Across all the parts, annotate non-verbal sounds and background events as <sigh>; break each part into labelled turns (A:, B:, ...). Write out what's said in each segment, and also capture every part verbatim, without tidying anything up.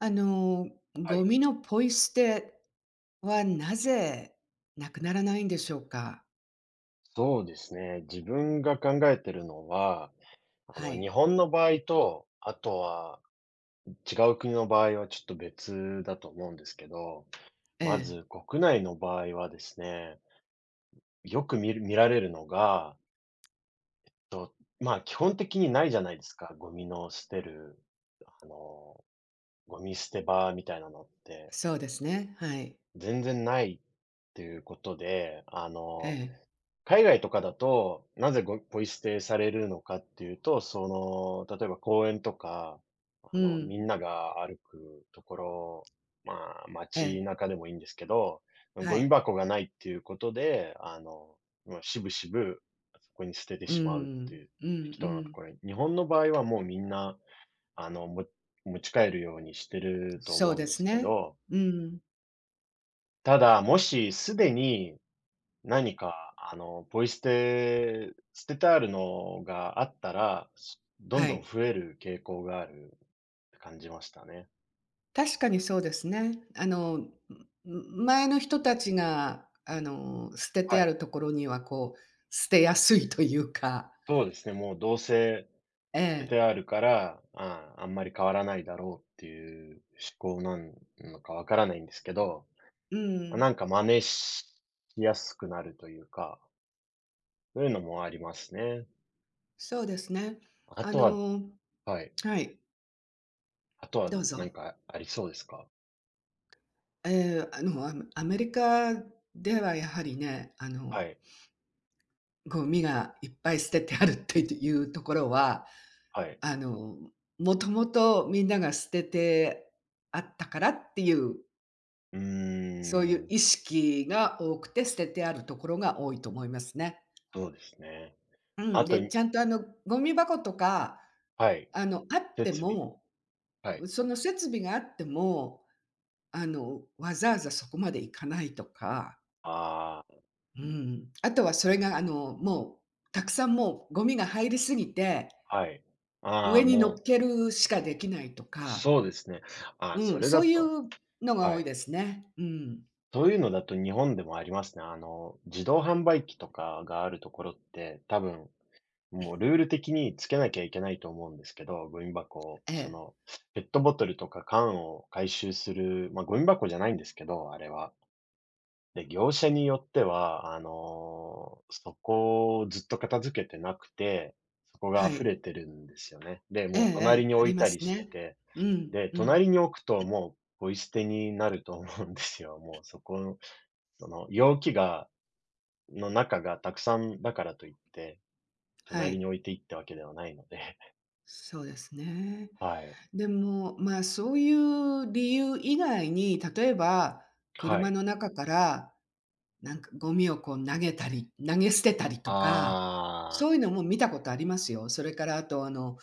A: あの、
B: は
A: ゴ
B: い。
A: ミのポイ捨てはなぜなくならないんでしょうか？
B: そうですね。自分が考えてるのは、あ
A: は
B: の、日
A: い。
B: 本の場合と、あとは違う国の場合はちょっと別だと思うんですけど、
A: え
B: ま
A: え、
B: ず国内の場合はですね、よく見る見られるのが、と、まあ、基本的にないじゃないですか、ゴミの捨てる、あの、ゴミ捨て場みたいなのって、
A: そうですね。はい。
B: 全然ないっていうことで、あ
A: え
B: の
A: え、
B: 海外とかだと、なぜごポイ捨てされるのかっていうと、その、例えば公園とか、
A: う
B: あの、
A: ん、
B: みんなが歩くところ、まあ、
A: え
B: 街
A: え、
B: 中でもいいんですけど、
A: は
B: ゴミ
A: い。
B: 箱がないっていうことで、あの、まあ、しぶしぶそこに捨てて
A: う
B: しまうって
A: ん、
B: いう、
A: うん
B: 適
A: う
B: 当なと
A: ん。
B: ころに。日本の場合はもうみんな、あの、も持ち帰るようにしてると
A: そう
B: 思うん
A: で
B: です
A: す
B: け
A: ね。
B: ど、
A: うん、
B: ただ、もしすでに何か、あの、ポイ捨て、捨ててあるのがあったら、すどん
A: は
B: どん
A: い。
B: 増える傾向があるって感じましたね。
A: 確かにそうですね。あの、ん前の人たちが、あの、捨てて
B: は
A: あ
B: い。
A: るところには、こう、捨てやすいというか、
B: そうですね、もうどうせ
A: え
B: 捨て
A: え、
B: てあるから、ああ、あんまり変わらないだろうっていう思考なんのかわからないんですけど、
A: う
B: ま
A: ん、
B: なんか真似しやすくなるというか、そういうのもありますね。
A: そうですね。
B: あ
A: あ
B: とは
A: の
B: はい。
A: はい。
B: あとは
A: どう
B: 何
A: ぞ。
B: かありそうですか？
A: ええ、あの、アメアメリカではやはりね、あ
B: は
A: の、
B: い、
A: ゴミがいっぱい捨ててあるっていうところは、
B: はい。
A: あの、もともとみんなが捨ててあったからっていう、
B: うー
A: そういう
B: ん、
A: 意識が多くて捨ててあるところが多いと思いますね。
B: そうですね。
A: うん、
B: あと
A: で、
B: に
A: ちゃんとあの、ゴミ箱とか、
B: はい、
A: あの、あって
B: 設備。
A: も、
B: はい。
A: その設備があっても、あの、わざわざそこまで行かないとか、
B: あ
A: うん。あとはそれが、あの、もう、たくさんもうゴミが入りすぎて、
B: あ、はい。あ
A: 上
B: あ、
A: に乗っけ
B: も
A: るしかできないと
B: う、
A: か、
B: そうですね。ああ、
A: う
B: そ
A: ん、
B: れ
A: そ
B: だ
A: うい
B: と
A: うのが
B: は
A: 多い
B: い。
A: ですね。うん。
B: そういうのだと日本でもありますね。あの、自動販売機とかがあるところって、多分、もうルール的につけなきゃいけないと思うんですけど、ゴミ箱を、
A: え
B: そ
A: え、
B: の、ペットボトルとか缶を回収する、ま、ゴミ箱じゃないんですけど、あれは。で、業者によっては、あの、そこをずっと片付けてなくて、そこが
A: は
B: 溢
A: い。
B: れてるんですよね。で、
A: ええ
B: も
A: え
B: う隣
A: え、
B: に
A: あ
B: 置
A: り
B: い
A: ま
B: たり
A: す
B: して
A: ね。
B: て、
A: うん、
B: で、
A: うん、
B: 隣に置くともうポイ捨てになると思うんですよ。<laughs> もうそこの、その容器がの中がたくさんだからといって、
A: は
B: 隣に
A: い。
B: 置いていったわけではないので、<laughs>
A: そうですね。
B: はい。
A: でも、まあ、そういう理由以外に、例えば、
B: は
A: 車
B: い。
A: の中からなんかゴミをこう投げたり、投げ捨てたりとか、
B: ああ、
A: そういうのも見たことありますよ。それからあとあの、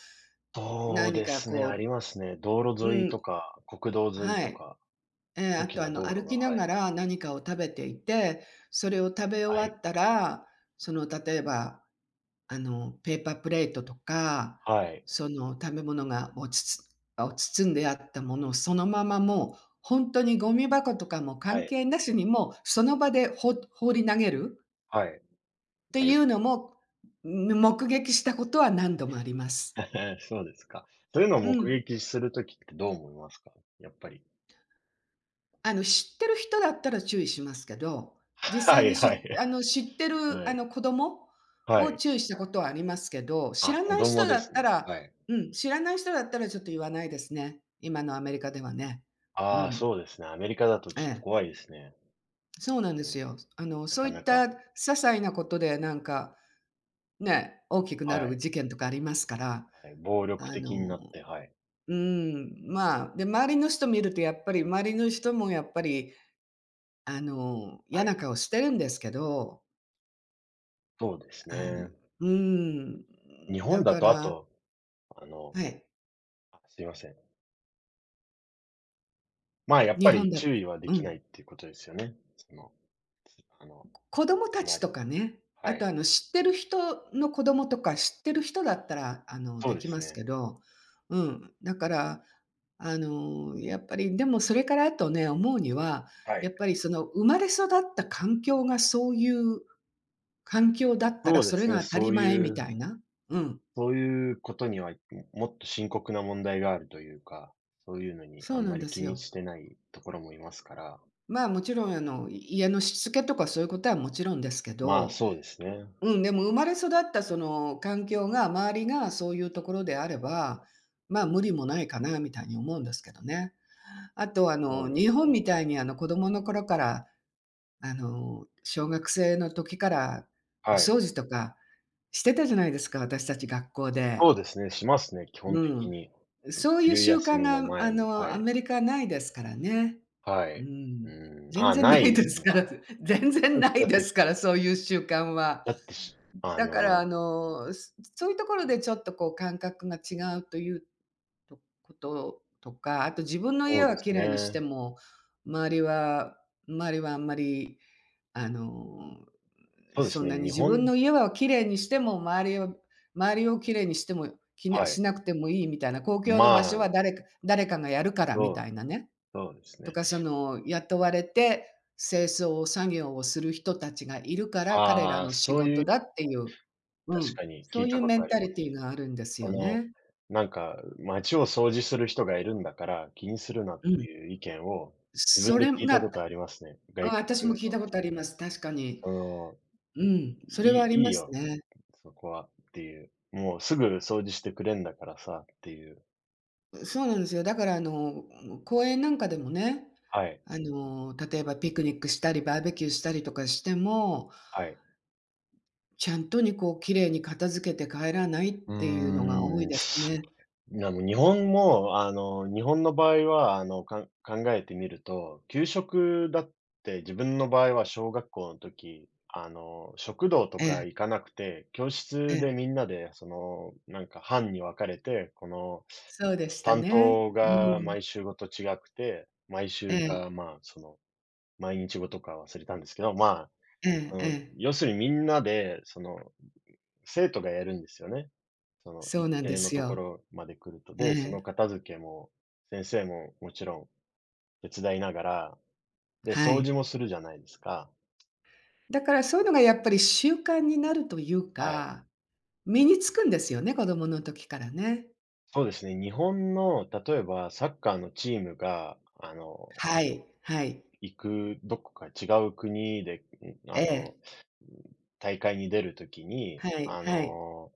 B: そう
A: 何
B: で
A: か
B: すね、あ
A: こ
B: りますね。道
A: う、
B: 路沿
A: う
B: いと
A: ん、
B: か、国道沿い
A: は
B: と
A: い。
B: か、
A: ええ、あ
B: 大き
A: とあ
B: な
A: の、
B: 道
A: 歩
B: 路が、
A: きな
B: は
A: が
B: い。
A: ら何かを食べていて、それを食べ
B: は
A: 終わ
B: い。
A: ったら、その例えば、あの、ペーパープレートとか、
B: はい。
A: その食べ物がをつつを包んであったものをそのままもう、ほんとにゴミ箱とかも
B: は
A: 関
B: い。
A: 係なしにもうその場でほ放り投げる。
B: はい。
A: て
B: は
A: い
B: い。
A: うのも、目撃したことは何度もあります。
B: <laughs> そうですか。そういうのを
A: う
B: 目
A: ん。
B: 撃するときってどう思いますか？やっぱり。
A: あの、知ってる人だったら注意しますけど、実
B: <laughs> は
A: 際
B: い
A: に
B: は
A: しあ
B: い。
A: の、知って
B: <laughs>
A: る、
B: は
A: あ
B: い。
A: の、子供
B: は
A: を
B: い。
A: 注意したことはありますけど、知
B: あ、
A: ら
B: 子
A: ない
B: 供
A: 人だ
B: で
A: っ
B: す
A: た
B: ね。
A: ら、
B: はい。
A: うん、知らない人だったらちょっと言わないですね。今のアメリカではね。う
B: ああ、
A: ん。
B: そうですね。アメリカだと
A: え
B: ちょっと
A: え。
B: 怖いですね。
A: そうなんで
B: う
A: す
B: ん。
A: よ。あの、
B: な
A: そ
B: か
A: ういっ
B: な
A: た
B: か。
A: 些細なことでなんか、ね、大きくな
B: は
A: る
B: い。
A: 事件とかありますから、
B: はい。暴力
A: あの
B: 的になって、はい。
A: うん、まあ、で、周りの人見るとやっぱり、周りの人もやっぱり、あの、嫌
B: は
A: な
B: い。
A: 顔してるんですけど、
B: そうです
A: あの
B: ね。
A: う
B: 日
A: ん、だ
B: 本だ
A: か
B: とあ
A: ら、
B: と、あの、
A: はい、
B: あ、すいません。まあ、やっぱ
A: 日
B: り
A: 本だ
B: 注意はで
A: う
B: きな
A: ん、
B: いっていうことですよね。その、あの、
A: 子供た
B: あま
A: ち
B: り。
A: とかね、あ
B: は
A: とあ
B: い。
A: の、知ってる人の子供とか、知ってる人だったら、あの、
B: そう
A: で
B: で
A: き
B: す
A: ますけ
B: ね。
A: ど、うん、だから、あの、やっぱり、でもそれからあとね、思うには、
B: は
A: やっ
B: い。
A: ぱりその生まれ育った環境がそういう環境だったら
B: そうで
A: それ
B: すね、
A: が当た
B: そ
A: り
B: う
A: 前
B: い
A: みた
B: う、
A: いな。うん、
B: そういうことには、もっと深刻な問題があるというか、そういうのに
A: そ
B: あ
A: う
B: ん
A: な
B: ま
A: んで
B: り気
A: す
B: に
A: よ。
B: してないところもいますから、
A: まあ、もちろんあの、家のしつけとかそういうことはもちろんですけ
B: まあ、
A: ど、
B: そうですね。
A: うん、でも生まれ育ったその環境が、周りがそういうところであれば、まあ、無理もないかなみたいに思うんですけどね。あとあ
B: そ
A: の、
B: うで
A: 日
B: す
A: 本
B: ね。
A: みたいにあの、子供の頃から、あの、小学生の時からお
B: はい。
A: 掃除とかしてたじゃないですか、私たち学校で。
B: そうですね、しますね、基
A: う
B: 本的
A: ん。
B: に。
A: そういう
B: 昼
A: 習
B: 休
A: 慣
B: みの
A: が、あ
B: 前に、は
A: の、ア
B: い。
A: メリカはないですからね。
B: は
A: う
B: い。
A: ん。
B: うん、
A: 全
B: あ、
A: 然
B: な
A: な
B: い
A: い
B: で
A: で
B: す
A: す
B: ね。
A: から、<laughs> 全然
B: だ
A: ない
B: だっ
A: で
B: て
A: すから、そういう習慣は。
B: だってしあ
A: だから、
B: の、
A: あの、すそういうところでちょっとこう感覚が違うというとこととか、あと自分の家
B: そう
A: は
B: です
A: 綺麗にして
B: ね。
A: も、周りは周りはあんまり、あの
B: そうで
A: そ
B: す
A: ん
B: ね、
A: なに
B: 日
A: 自分
B: 本
A: の家はきれいにしても、周りを周りをきれいにしても、きな
B: は
A: し
B: い。
A: なくてもいいみたいな、公共の場所
B: まあ、
A: は誰か誰かがやるからみた
B: そ
A: い
B: う
A: なね。
B: そうです
A: と
B: ね。
A: か、その、雇われて清掃作業をする人たちがいるから、彼ら
B: ああ、
A: の仕
B: そうい
A: 事
B: う
A: だっていう、う
B: 確
A: ん、
B: かに、
A: そ
B: 聞い
A: うい
B: た
A: う
B: こ
A: メ
B: と
A: ン
B: あ
A: タ
B: りま
A: リティ
B: す。
A: ーがあるんです
B: そ
A: よ
B: の、
A: ね。
B: なんか、街を掃除する人がいるんだから、気にするなっ
A: うん。
B: ていう意見を、自
A: そ
B: 分で
A: れ
B: 聞いた
A: が、
B: ことありますね。
A: あ、
B: 外
A: 私
B: 国
A: も
B: の。
A: 聞いたことあります、確かに。
B: その、
A: うん、それ
B: い
A: はあ
B: い
A: り
B: いい
A: ます
B: よ、
A: ね。
B: そこはっていう。もうすぐ掃除してくれんだからさっていう。
A: そうなんですよ。だからあの、公園なんかでもね、
B: はい、
A: あの、例えばピクニックしたり、バーベキューしたりとかしても、
B: はい。
A: ちゃんとにこう綺麗に片付けて帰らないっ
B: う
A: ていうのが多い
B: ーん。
A: ですね。
B: いや、もう日本も、あの、日本の場合は、あの、かん考えてみると、給食だって自分の場合は小学校の時、あの、食堂と
A: ええ、
B: か行かなくて、教
A: え
B: 室で
A: え、
B: みんなで、その、なんか班に分かれて、この、
A: そうでした
B: 担
A: ね。
B: 当が
A: うん。
B: 毎週ごと違くて、毎
A: え
B: 週
A: え、
B: か、まあ、その、毎日ごとか忘れたんですけど、ま
A: ええ
B: あ、うん、
A: ええ。
B: 要するにみんなで、その生徒がやるんですよね。その
A: そう
B: 一
A: なんで
B: 定の
A: す
B: とこ
A: よ。
B: ろまで来ると。
A: え
B: で、そ
A: え、
B: の片付けも、先生ももちろん手伝いながら、で、
A: は
B: 掃
A: い。
B: 除もするじゃないですか。
A: だからそういうのがやっぱり習慣になるという
B: はい。
A: か、身につくんですよね、子供の時からね。
B: そうですね、日本の例えばサッカーのチームが、あの、
A: はい、はい。
B: 行くどこか違う国で、ん、
A: え
B: あの、
A: え、
B: 大会に出るときに、
A: はい
B: あ
A: はい。
B: の、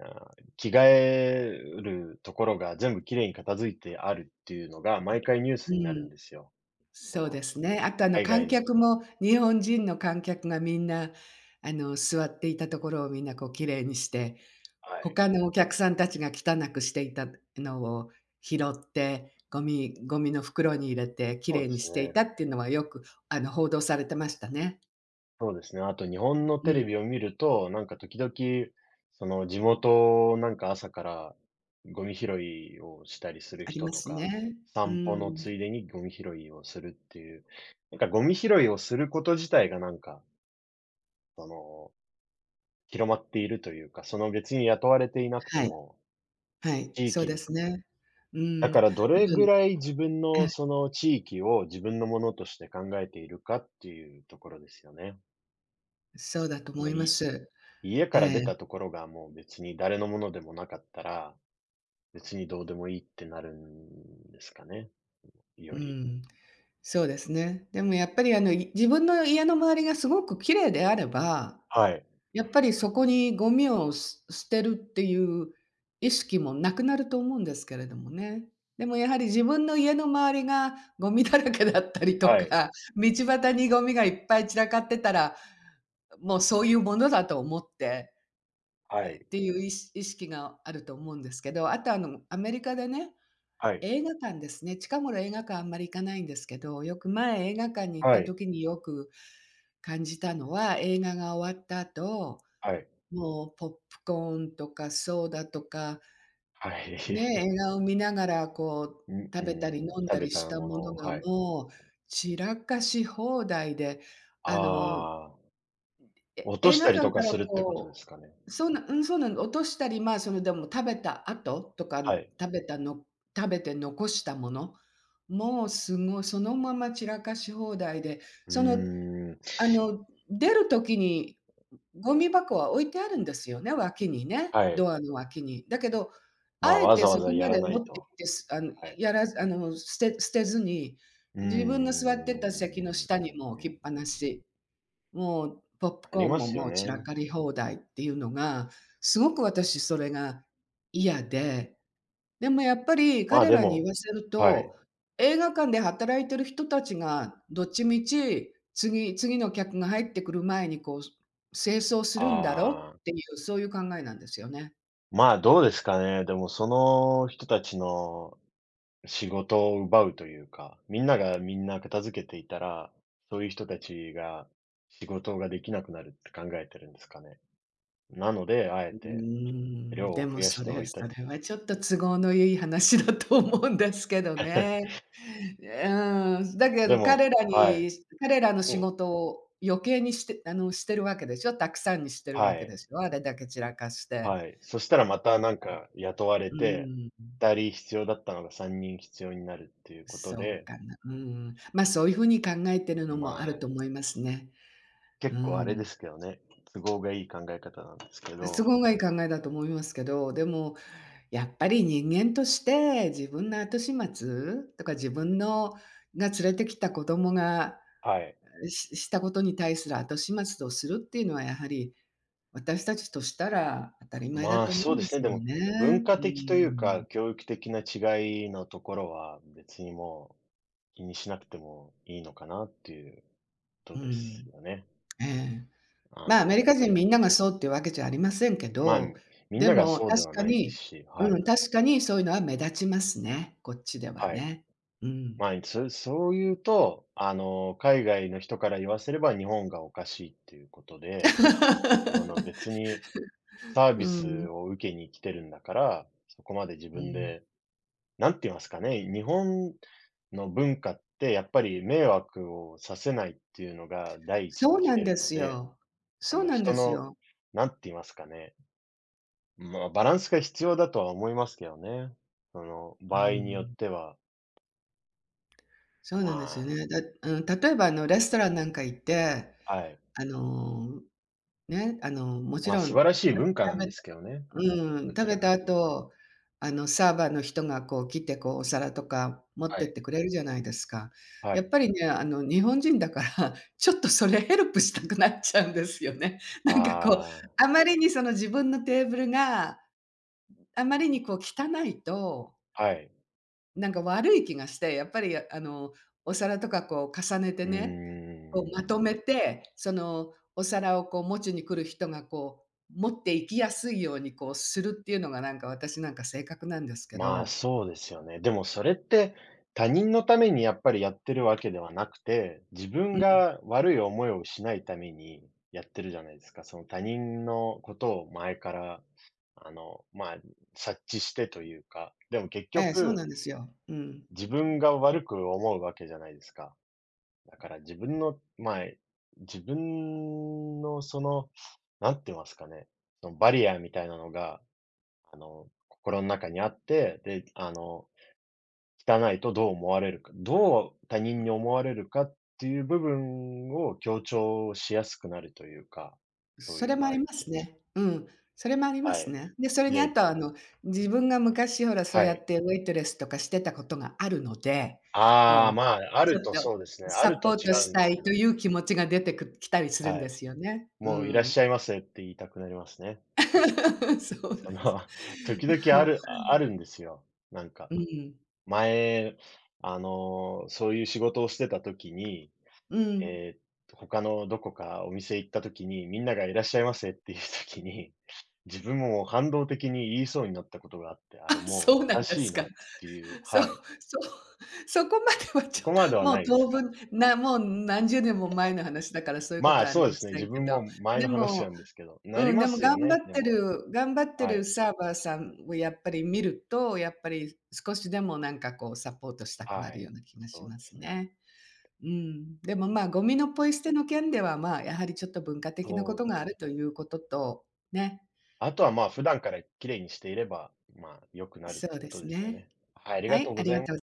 B: あ、着替えるところが全部きれいに片付いてあるっていうのが、毎回ニュー
A: う
B: スになるん
A: ん。
B: ですよ。そ
A: そう
B: の
A: ですね。あと、あの、
B: 海
A: 観
B: 外の
A: 客も日本人の観客がみんな、あの、座っていたところをみんなこう綺麗にして、
B: はい。
A: 他のお客さんたちが汚くしていたのを拾って、ゴミゴミの袋に入れて綺
B: そう
A: 麗
B: で
A: に
B: す
A: してい
B: ね。
A: たっていうのはよく、あの、報道されてましたね。
B: そうですね。あと日本の
A: う
B: テレ
A: ん、
B: ビを見ると、なんか時々、その地元、なんか朝からゴミ拾いをしたりする
A: あり
B: 人
A: ま
B: と
A: す
B: か、
A: ね。う
B: 散歩の
A: ん、
B: ついでにゴミ拾いをするっていう、なんかゴミ拾いをすること自体がなんか、その、広まっているというか、その別に雇われていなく
A: は
B: て
A: い、
B: も、
A: はい、
B: 地
A: そう
B: 域
A: ですね。う
B: だ
A: ん、
B: からど
A: あと、
B: れぐらい自分の
A: え、
B: その地域を自分のものとして考えているかっていうところですよね。
A: そうだと
B: あ
A: 思
B: の、
A: いま
B: い
A: す。
B: 家
A: え
B: から出
A: え、
B: たところがもう別に誰のものでもなかったら、別にどうでもいいってなるんですかね、
A: う
B: より。
A: ん。そうですね。でもやっぱりあの、い自分の家の周りがすごく綺麗であれば、
B: はい。
A: やっぱりそこにゴミをす捨てるっていう意識もなくなると思うんですけれどもね。でもやはり自分の家の周りがゴミだらけだったりと
B: はい。
A: か、道端にゴミがいっぱい散らかってたら、もうそういうものだと思って、
B: は
A: え、っ
B: い。
A: ていういし意識があると思うんですけど、あとあの、アメリカでね、
B: はい。
A: 映画館ですね。近頃映画館あんまり行かないんですけど、よく前映画館に行っ
B: は
A: た
B: い。
A: 時によく感じたのは、映画が終わった後、
B: はい。
A: もうポップコーンとかソーダとか、
B: はい。
A: ね、映
B: <laughs>
A: 画を見ながらこ
B: う
A: う
B: ん、
A: 食べたり
B: うん、
A: 飲ん
B: 食
A: だ
B: べ
A: りし
B: た
A: た
B: もの
A: もの
B: を、
A: が
B: はい。
A: もう散らかし放題で、あの
B: ああ、
A: え、
B: 落と
A: 映
B: し
A: 画
B: たり
A: 館
B: と
A: か
B: か
A: ら
B: するってことで
A: こ
B: すかね。
A: うそうなうん、そうなの、落としたり、まあ、その、でも食べた後とか、
B: はい。
A: 食べたの食べて残したもの、もうすごいそのまま散らかし放題で、
B: うー
A: その、
B: ん、
A: あの、出る時にゴミ箱は置いてあるんですよね、脇にね、
B: は
A: ド
B: い。
A: アの脇に。だけど、
B: ま
A: あ
B: あ、
A: え
B: わ
A: て
B: ざわ
A: そ
B: ざ
A: こ
B: や
A: ま
B: ら
A: で
B: な
A: 持
B: い
A: って行
B: と。
A: って、すあの、
B: はい。
A: やらずあの、捨て捨てずに、
B: うー
A: 自分の座ってた席の
B: ん。
A: 下にもう置きっぱなし。もう、ポップ
B: あ
A: コ
B: り
A: ーン
B: ま
A: も
B: す
A: も
B: よ
A: う散ら
B: ね。
A: かり放題っていうのが、すごく私それが嫌で、でもやっぱり
B: まあ、
A: 彼
B: で
A: らに言
B: も
A: わせる
B: は
A: と、
B: い。
A: 映画館で働いてる人たちがどっちみち、次次の客が入ってくる前にこう、清掃するんだろうっ
B: ああ、
A: ていう、そういう考えなんですよね。
B: まあ、どうですかね。でも、その人たちの仕事を奪うというか、みんながみんな片付けていたら、そういう人たちが仕事ができなくなるって考えてるんですかね。なので、あえ
A: うー
B: て
A: ん、
B: 量
A: で
B: を
A: も
B: 増やし
A: そ
B: てお
A: れ
B: いた。
A: それはちょっと都合のいい話だと思うんですけどね。
B: <laughs>
A: え、うん、だけ
B: で
A: ど
B: も
A: 彼ら
B: は
A: に
B: い。
A: 彼らの
B: で
A: 仕
B: も
A: 事を余計にしてあの、してるわけでしょ、たくさんにしてる
B: は
A: わけで
B: い、
A: しょ、あれだけ散らかして。
B: はい。そしたらまたなんか雇われ
A: う
B: て、
A: ん、
B: ふたり必要だったのがさんにん必要になるっていうこと
A: そう
B: で、
A: かな、うん。ま、そういう風に考えてるのもある
B: まあ、
A: と思いますね。
B: 結
A: う
B: 構あれで
A: ん。
B: すけどね、都合がいい考え方なんですけ
A: 都
B: ど。
A: 合がいい考えだと思いますけど、でもやっぱり人間として自分の後始末とか自分のが連れてきた子供が
B: はい。
A: ししたことに対する後始末をするっていうのはやはり、私たちとしたら当たり前だ
B: まあ、
A: と思
B: そ
A: う
B: う
A: ん
B: で
A: で
B: す
A: す
B: ね。
A: け
B: で
A: ど
B: も、
A: ね。
B: 文化
A: う
B: 的というか、
A: ん。
B: 教育的な違いのところは、別にもう気にしなくてもいいのかなっていうこと
A: う
B: です
A: ん。
B: よね。
A: ええ。
B: あ
A: まあ、ア
B: の、
A: メリ
B: やっ
A: カ
B: ぱ
A: 人
B: り、
A: みんながそうっていうわけじゃありませんけ
B: まあ、
A: ど、
B: みん
A: で
B: なが
A: も
B: そうで
A: 確
B: は
A: か
B: ないです
A: に、
B: し、は
A: う
B: い。
A: ん、確かにそういうのは目立ちますね、こっちでは
B: はい。
A: ね。うん。
B: まあ、そそう言うと、あの、海外の人から言わせれば日本がおかしいっていうことで、その別
A: <laughs>
B: にサー
A: う
B: ビス
A: ん。
B: を受けに来てるんだから、そこまで自
A: う
B: 分
A: ん。
B: でなんて言いますかね、日本の文化ってやっぱり迷惑をさせないっていうのが第一
A: そ
B: に
A: う
B: 来
A: な
B: て
A: ん
B: る
A: で
B: の
A: す
B: で、
A: よ。
B: あ
A: そう
B: の、
A: なん
B: 人
A: です
B: の、
A: よ。
B: なんて言いますかね、まあ、バランスが必要だとは思いますけどね。その、
A: う
B: 場合によっ
A: ん。
B: ては、
A: そう
B: ま
A: なんですよ
B: あ、
A: ね。だうん、例えばあのレストランなんか行って、
B: はい。
A: あの、ね、あの、もち
B: まあ、
A: ろ
B: 素
A: ん、
B: 晴
A: た
B: らしい文化な
A: 食
B: ん
A: べ
B: で
A: た
B: すけどね。
A: うん、
B: ど
A: 食
B: ち
A: べ
B: ら
A: た
B: かというと。
A: 後、あの、サーバーの人がこう来て、こうお皿とか持っ
B: は
A: てっ
B: い。
A: てくれるじゃないですか。
B: は
A: やっ
B: い。
A: ぱりね、あの、日本人だから、<laughs> ちょっとそれヘルプしたくなっちゃうんですよね。<laughs> なんかこう、
B: あ
A: あまりにその自分のテーブルがあまりにこう汚いと
B: あ、はい。
A: なんか悪い気がして、やっぱりあの、お皿とかこう重ねて
B: うー
A: ね、こうまと
B: ん。
A: めて、そのお皿をこう持ちに来る人がこう、持っていきやすいようにこうするっていうのがなんか私なんか性格なんですけ
B: まあ、
A: ど。
B: そうですよね。でもそれって、他人のためにやっぱりやってるわけではなくて、自分
A: うん、
B: が悪い思いをしないためにやってるじゃないですか。その他人のことを前から、あの、まあ、察知してというか、でも結
A: ええ、そうな
B: 局、
A: んですよ。うん。
B: 自分が悪く思うわけじゃないですか。だから自分の、まあ、自分のその、なんて言いますかね、そのバリアみたいなのが、あの、心の中にあって、で、あの、汚いとどう思われるか、どう他人に思われるかっていう部分を強調しやすくなるというか、そう
A: そ
B: い
A: れ
B: う
A: もあ
B: 場合っ
A: ります
B: て。
A: ね。うん、それもありま
B: は
A: す
B: い。
A: ね。で、それにあ
B: で
A: とはあの、自分が昔ほらそう
B: は
A: やっ
B: い。
A: てウェイトレスとかしてたことがあるので、こ
B: ああ、
A: う
B: まあ、あ
A: ちょ
B: る
A: っ
B: と
A: と
B: そうですね。あ
A: サ
B: ると
A: ポート
B: 違う
A: し
B: んで
A: た
B: す
A: い
B: け
A: と
B: ど。
A: いう気持ちが出てくきたりするん
B: は
A: で
B: い。
A: すよね。う
B: もういらっ
A: ん。
B: しゃいませって言いたくなりますね。
A: <laughs> そう
B: その、
A: ですか。
B: <laughs> 時
A: で
B: 々あ
A: も、
B: るああるんですよ。なん
A: う
B: か、
A: ん、
B: 前、あの、そういう仕事をしてた時に
A: うん。
B: えーっと、他のどこかお店行った時に、みんながいらっしゃいませっていう時に、<laughs> 自分ももう反動的に言いそうになったことがあって、あ
A: あ、
B: れも
A: そう
B: うお
A: な
B: か
A: んで
B: しい
A: すか。
B: なっていう、
A: そ
B: は
A: う、
B: い。
A: そう、そこまでは
B: そ
A: ちょ
B: こまでは
A: も
B: な
A: う
B: いです
A: 当
B: か？
A: 分、なもうなんじゅうねんも前の話だからそういうこ
B: ま
A: と
B: あ、
A: はあり
B: そう
A: ま
B: ですね、
A: せん
B: 自
A: け
B: 分
A: ど、
B: も前
A: で
B: の話な
A: も、
B: んですけど、な
A: う
B: り
A: ん、
B: ま
A: でも
B: す
A: 頑
B: よ
A: 張
B: ね、
A: っ
B: で
A: て
B: も。
A: る頑張って
B: は
A: る
B: い。
A: サーバーさんをやっぱり見ると、やっぱり少しでもなんかこうサポートしたくな
B: は
A: るよ
B: い。
A: うな気がし
B: そう
A: ま
B: で
A: す
B: すね。
A: ね。うん、でも、ま、ゴミのポイ捨ての件では、まあ、やはりちょっと文化的なこ
B: そう
A: と
B: で
A: が
B: す
A: ある
B: ね。
A: ということと、ね、
B: あとは、まあ、普段から綺麗にしていれば、まあ、良くなるっ
A: そ
B: て
A: う
B: こ
A: で
B: と
A: す
B: ですよ
A: ね。
B: ね。はい、あり
A: は
B: がと
A: い、
B: う
A: あ
B: ご
A: り
B: ざい
A: が
B: ます。
A: とう